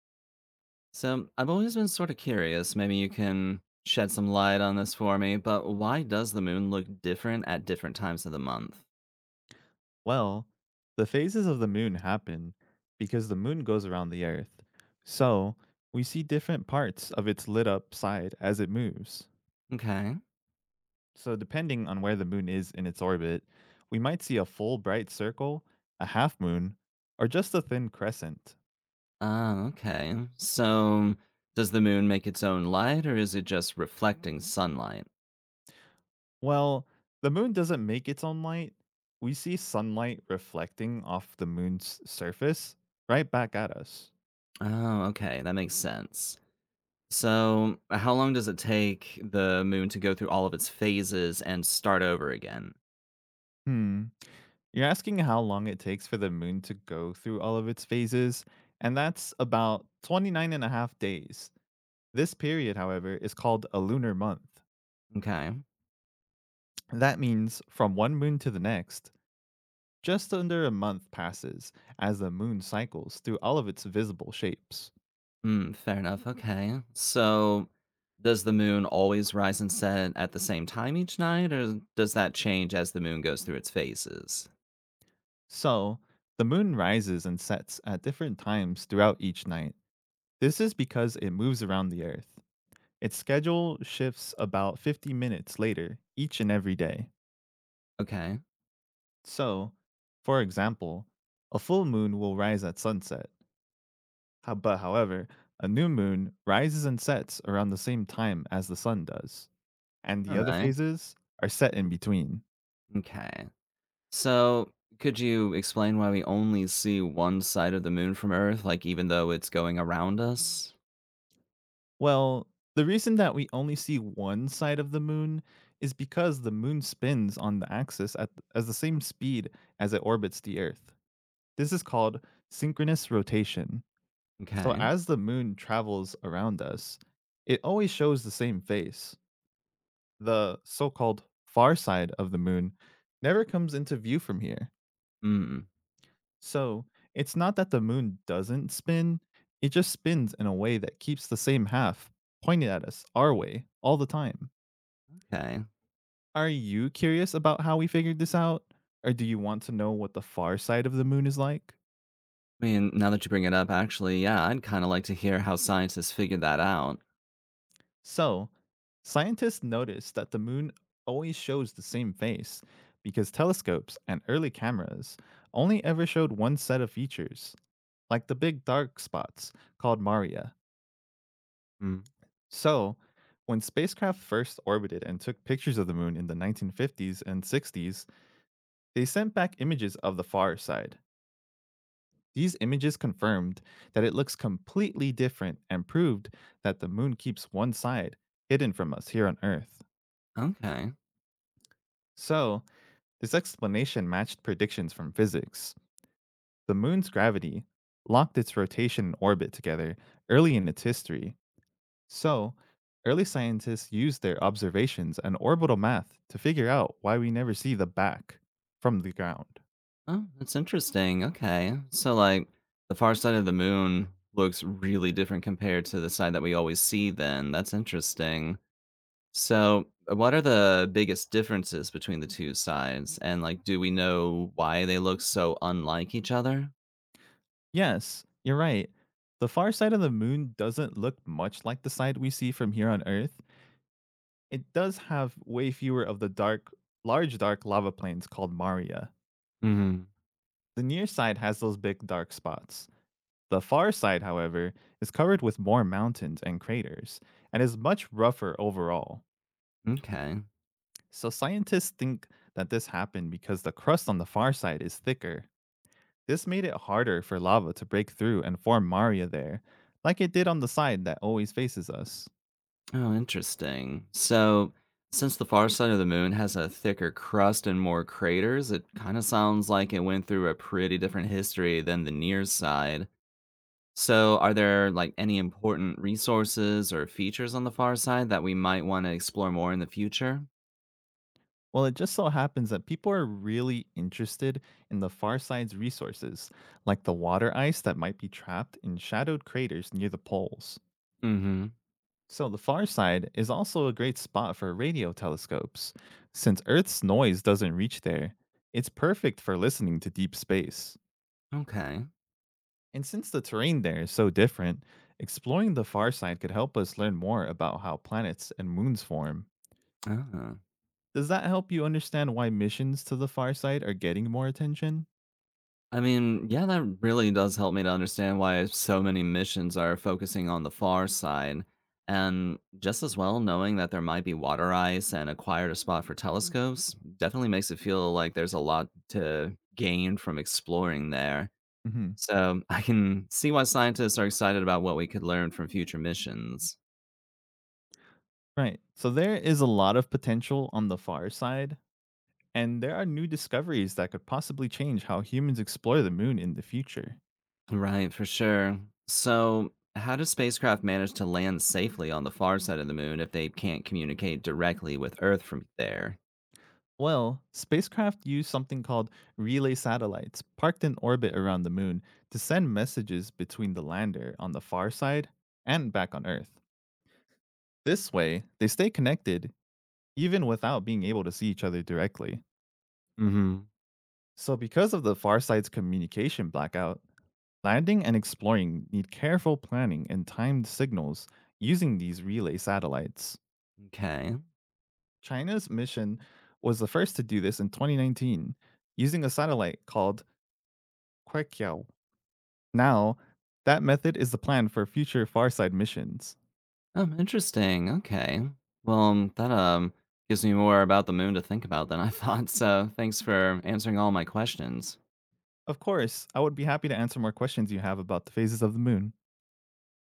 So I've always been sort of curious. Maybe you can shed some light on this for me, but why does the moon look different at different times of the month? Well, the phases of the moon happen because the moon goes around the earth. So, we see different parts of its lit up side as it moves. Okay. So, depending on where the moon is in its orbit, we might see a full bright circle, a half moon, or just a thin crescent. Ah, okay. So does the moon make its own light or is it just reflecting sunlight? Well, the moon doesn't make its own light. We see sunlight reflecting off the moon's surface right back at us. Oh, okay. That makes sense. So how long does it take the moon to go through all of its phases and start over again? Hmm. You're asking how long it takes for the moon to go through all of its phases, and that's about 29 and a half days. This period, however, is called a lunar month. Okay. That means from one moon to the next, just under a month passes as the moon cycles through all of its visible shapes. Mm, fair enough. Okay. So, does the moon always rise and set at the same time each night, or does that change as the moon goes through its phases? So, the moon rises and sets at different times throughout each night. This is because it moves around the Earth. Its schedule shifts about 50 minutes later each and every day. Okay. So, for example, a full moon will rise at sunset. But however, a new moon rises and sets around the same time as the sun does, and the All other right. phases are set in between. Okay. So, could you explain why we only see one side of the moon from Earth, like even though it's going around us? Well, the reason that we only see one side of the moon is because the moon spins on the axis at as the same speed as it orbits the earth. This is called synchronous rotation. So Okay. as the moon travels around us, it always shows the same face, the so-called far side of the moon never comes into view from here. Mm, So, it's not that the moon doesn't spin, it just spins in a way that keeps the same half pointed at us our way all the time. okay. Are you curious about how we figured this out, or do you want to know what the far side of the moon is like? I mean, now that you bring it up, actually, yeah, I'd kind of like to hear how scientists figured that out. So, scientists noticed that the moon always shows the same face because telescopes and early cameras only ever showed one set of features, like the big dark spots called maria. Mm. So, when spacecraft first orbited and took pictures of the moon in the 1950s and 60s, they sent back images of the far side. These images confirmed that it looks completely different and proved that the moon keeps one side hidden from us here on Earth. Okay. So, this explanation matched predictions from physics. The moon's gravity locked its rotation and orbit together early in its history. So, early scientists used their observations and orbital math to figure out why we never see the back from the ground. Oh, that's interesting. Okay. So, like, the far side of the moon looks really different compared to the side that we always see, then. That's interesting. So, what are the biggest differences between the two sides? And, like, do we know why they look so unlike each other? Yes, you're right. The far side of the moon doesn't look much like the side we see from here on Earth. It does have way fewer of the dark, large dark lava plains called Maria. Hmm. The near side has those big dark spots. The far side, however, is covered with more mountains and craters and is much rougher overall. Okay. So scientists think that this happened because the crust on the far side is thicker. This made it harder for lava to break through and form Maria there, like it did on the side that always faces us. Oh, interesting. So, since the far side of the moon has a thicker crust and more craters, it kind of sounds like it went through a pretty different history than the near side. So, are there like any important resources or features on the far side that we might want to explore more in the future? Well, it just so happens that people are really interested in the far side's resources, like the water ice that might be trapped in shadowed craters near the poles. Hmm. So, the far side is also a great spot for radio telescopes. Since Earth's noise doesn't reach there, it's perfect for listening to deep space. Okay. And since the terrain there is so different, exploring the far side could help us learn more about how planets and moons form. Ah. Does that help you understand why missions to the far side are getting more attention? I mean, yeah, that really does help me to understand why so many missions are focusing on the far side. And just as well, knowing that there might be water ice and acquired a spot for telescopes definitely makes it feel like there's a lot to gain from exploring there. Hmm. So I can see why scientists are excited about what we could learn from future missions. Right. So, there is a lot of potential on the far side, and there are new discoveries that could possibly change how humans explore the moon in the future. Right, for sure. So, how do spacecraft manage to land safely on the far side of the moon if they can't communicate directly with Earth from there? Well, spacecraft use something called relay satellites parked in orbit around the moon to send messages between the lander on the far side and back on Earth. This way, they stay connected even without being able to see each other directly. Hmm. So, because of the far side's communication blackout, landing and exploring need careful planning and timed signals using these relay satellites. Okay. China's mission was the first to do this in 2019 using a satellite called Kuekiao. Now, that method is the plan for future Farside missions. Oh, interesting. Okay. Well, that gives me more about the moon to think about than I thought. So, thanks for answering all my questions. Of course, I would be happy to answer more questions you have about the phases of the moon.